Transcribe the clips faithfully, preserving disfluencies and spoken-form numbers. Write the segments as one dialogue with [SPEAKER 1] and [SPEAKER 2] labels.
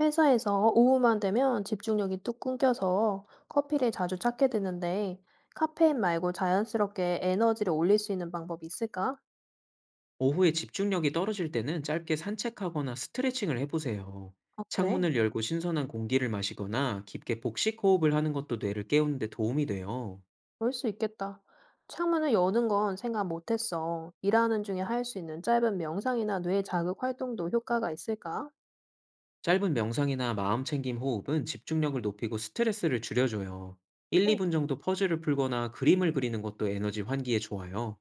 [SPEAKER 1] 회사에서 오후만 되면 집중력이 뚝 끊겨서 커피를 자주 찾게 되는데, 카페인 말고 자연스럽게 에너지를 올릴 수 있는 방법이 있을까?
[SPEAKER 2] 오후에 집중력이 떨어질 때는 짧게 산책하거나 스트레칭을 해보세요.
[SPEAKER 1] 아, 그래?
[SPEAKER 2] 창문을 열고 신선한 공기를 마시거나 깊게 복식 호흡을 하는 것도 뇌를 깨우는 데 도움이 돼요.
[SPEAKER 1] 그럴 수 있겠다. 창문을 여는 건 생각 못했어. 일하는 중에 할 수 있는 짧은 명상이나 뇌 자극 활동도 효과가 있을까?
[SPEAKER 2] 짧은 명상이나 마음 챙김 호흡은 집중력을 높이고 스트레스를 줄여줘요. 일,
[SPEAKER 1] 응.
[SPEAKER 2] 이 분 정도 퍼즐을 풀거나 그림을 그리는 것도 에너지 환기에 좋아요.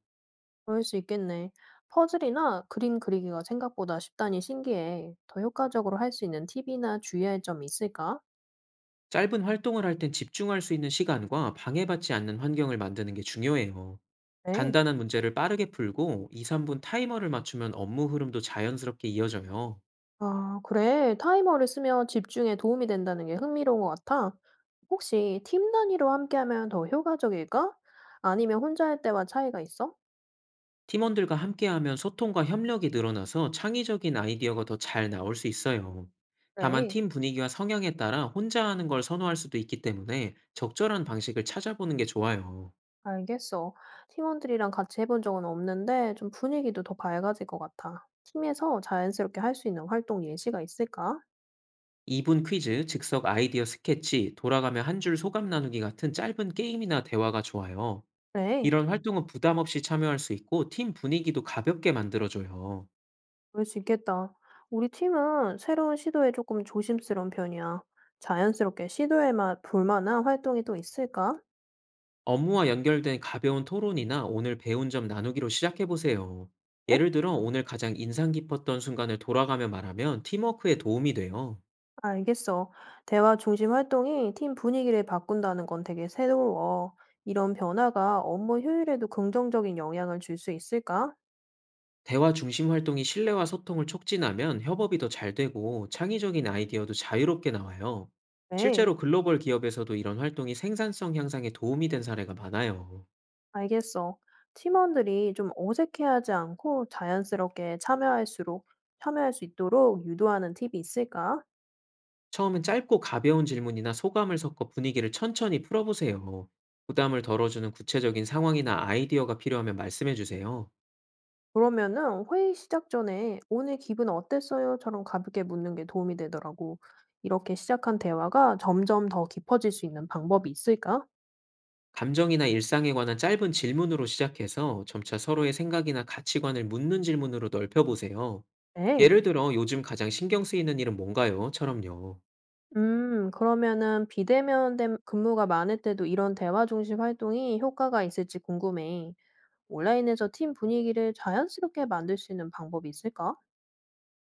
[SPEAKER 1] 그럴 수 있겠네. 퍼즐이나 그림 그리기가 생각보다 쉽다니 신기해. 더 효과적으로 할 수 있는 팁이나 주의할 점이 있을까?
[SPEAKER 2] 짧은 활동을 할 땐 집중할 수 있는 시간과 방해받지 않는 환경을 만드는 게 중요해요.
[SPEAKER 1] 네.
[SPEAKER 2] 간단한 문제를 빠르게 풀고 이, 삼 분 타이머를 맞추면 업무 흐름도 자연스럽게 이어져요.
[SPEAKER 1] 아 그래. 타이머를 쓰면 집중에 도움이 된다는 게 흥미로운 것 같아. 혹시 팀 단위로 함께하면 더 효과적일까? 아니면 혼자 할 때와 차이가 있어?
[SPEAKER 2] 팀원들과 함께하면 소통과 협력이 늘어나서 창의적인 아이디어가 더 잘 나올 수 있어요. 다만
[SPEAKER 1] 그래.
[SPEAKER 2] 팀 분위기와 성향에 따라 혼자 하는 걸 선호할 수도 있기 때문에 적절한 방식을 찾아보는 게 좋아요.
[SPEAKER 1] 알겠어. 팀원들이랑 같이 해본 적은 없는데 좀 분위기도 더 밝아질 것 같아. 팀에서 자연스럽게 할 수 있는 활동 예시가 있을까?
[SPEAKER 2] 이 분 퀴즈, 즉석 아이디어 스케치, 돌아가며 한 줄 소감 나누기 같은 짧은 게임이나 대화가 좋아요.
[SPEAKER 1] 그래.
[SPEAKER 2] 이런 음. 활동은 부담 없이 참여할 수 있고 팀 분위기도 가볍게 만들어줘요.
[SPEAKER 1] 그럴 수 있겠다. 우리 팀은 새로운 시도에 조금 조심스러운 편이야. 자연스럽게 시도해 마- 볼 만한 활동이 또 있을까?
[SPEAKER 2] 업무와 연결된 가벼운 토론이나 오늘 배운 점 나누기로 시작해 보세요. 예를 들어 오늘 가장 인상 깊었던 순간을 돌아가며 말하면 팀워크에 도움이 돼요.
[SPEAKER 1] 알겠어. 대화 중심 활동이 팀 분위기를 바꾼다는 건 되게 새로워. 이런 변화가 업무 효율에도 긍정적인 영향을 줄 수 있을까?
[SPEAKER 2] 대화 중심 활동이 신뢰와 소통을 촉진하면 협업이 더 잘 되고 창의적인 아이디어도 자유롭게 나와요.
[SPEAKER 1] 네,
[SPEAKER 2] 실제로 글로벌 기업에서도 이런 활동이 생산성 향상에 도움이 된 사례가 많아요.
[SPEAKER 1] 알겠어. 팀원들이 좀 어색해하지 않고 자연스럽게 참여할수록, 참여할 수 있도록 유도하는 팁이 있을까?
[SPEAKER 2] 처음엔 짧고 가벼운 질문이나 소감을 섞어 분위기를 천천히 풀어보세요. 부담을 덜어주는 구체적인 상황이나 아이디어가 필요하면 말씀해 주세요.
[SPEAKER 1] 그러면은 회의 시작 전에 오늘 기분 어땠어요?처럼 가볍게 묻는 게 도움이 되더라고. 이렇게 시작한 대화가 점점 더 깊어질 수 있는 방법이 있을까?
[SPEAKER 2] 감정이나 일상에 관한 짧은 질문으로 시작해서 점차 서로의 생각이나 가치관을 묻는 질문으로 넓혀보세요.
[SPEAKER 1] 네.
[SPEAKER 2] 예를 들어, 요즘 가장 신경 쓰이는 일은 뭔가요? 처럼요.
[SPEAKER 1] 음 그러면은 비대면 된 근무가 많을 때도 이런 대화 중심 활동이 효과가 있을지 궁금해. 온라인에서 팀 분위기를 자연스럽게 만들 수 있는 방법이 있을까?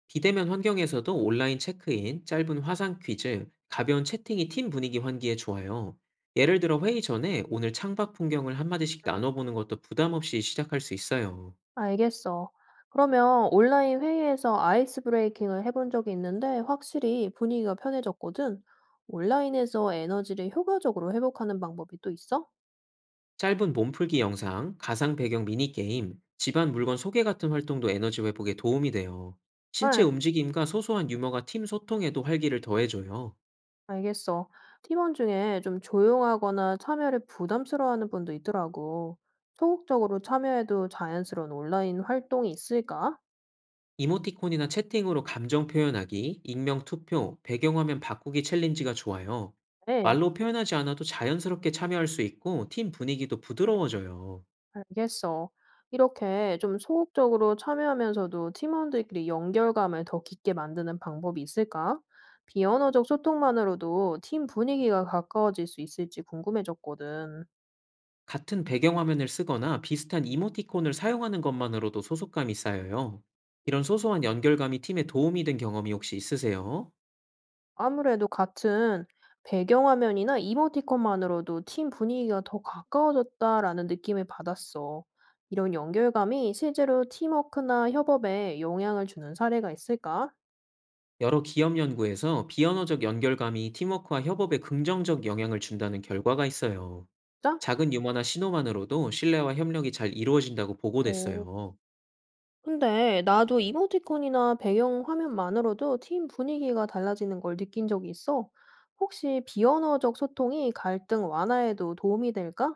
[SPEAKER 2] 비대면 환경에서도 온라인 체크인, 짧은 화상 퀴즈, 가벼운 채팅이 팀 분위기 환기에 좋아요. 예를 들어, 회의 전에 오늘 창밖 풍경을 한마디씩
[SPEAKER 1] 음.
[SPEAKER 2] 나눠보는 것도 부담 없이 시작할 수 있어요.
[SPEAKER 1] 알겠어. 그러면 온라인 회의에서 아이스 브레이킹을 해본 적이 있는데 확실히 분위기가 편해졌거든. 온라인에서 에너지를 효과적으로 회복하는 방법이 또 있어?
[SPEAKER 2] 짧은 몸풀기 영상, 가상 배경 미니게임, 집안 물건 소개 같은 활동도 에너지 회복에 도움이 돼요. 신체
[SPEAKER 1] 네.
[SPEAKER 2] 움직임과 소소한 유머가 팀 소통에도 활기를 더해줘요.
[SPEAKER 1] 알겠어. 팀원 중에 좀 조용하거나 참여를 부담스러워하는 분도 있더라고. 소극적으로 참여해도 자연스러운 온라인 활동이 있을까?
[SPEAKER 2] 이모티콘이나 채팅으로 감정 표현하기, 익명 투표, 배경화면 바꾸기 챌린지가 좋아요.
[SPEAKER 1] 네,
[SPEAKER 2] 말로 표현하지 않아도 자연스럽게 참여할 수 있고 팀 분위기도 부드러워져요.
[SPEAKER 1] 알겠어. 이렇게 좀 소극적으로 참여하면서도 팀원들끼리 연결감을 더 깊게 만드는 방법이 있을까? 비언어적 소통만으로도 팀 분위기가 가까워질 수 있을지 궁금해졌거든.
[SPEAKER 2] 같은 배경화면을 쓰거나 비슷한 이모티콘을 사용하는 것만으로도 소속감이 쌓여요. 이런 소소한 연결감이 팀에 도움이 된 경험이 혹시 있으세요?
[SPEAKER 1] 아무래도 같은 배경화면이나 이모티콘만으로도 팀 분위기가 더 가까워졌다라는 느낌을 받았어. 이런 연결감이 실제로 팀워크나 협업에 영향을 주는 사례가 있을까?
[SPEAKER 2] 여러 기업 연구에서 비언어적 연결감이 팀워크와 협업에 긍정적 영향을 준다는 결과가 있어요.
[SPEAKER 1] 진짜?
[SPEAKER 2] 작은 유머나 신호만으로도 신뢰와 협력이 잘 이루어진다고
[SPEAKER 1] 오,
[SPEAKER 2] 보고됐어요.
[SPEAKER 1] 근데 나도 이모티콘이나 배경화면만으로도 팀 분위기가 달라지는 걸 느낀 적이 있어. 혹시 비언어적 소통이 갈등 완화에도 도움이 될까?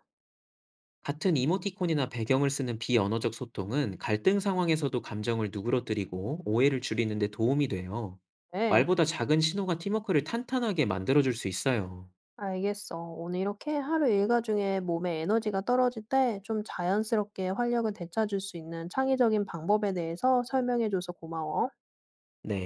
[SPEAKER 2] 같은 이모티콘이나 배경을 쓰는 비언어적 소통은 갈등 상황에서도 감정을 누그러뜨리고 오해를 줄이는 데 도움이 돼요.
[SPEAKER 1] 네.
[SPEAKER 2] 말보다 작은 신호가 팀워크를 탄탄하게 만들어줄 수 있어요.
[SPEAKER 1] 알겠어. 오늘 이렇게 하루 일과 중에 몸에 에너지가 떨어질 때 좀 자연스럽게 활력을 되찾을 수 있는 창의적인 방법에 대해서 설명해줘서 고마워.
[SPEAKER 2] 네.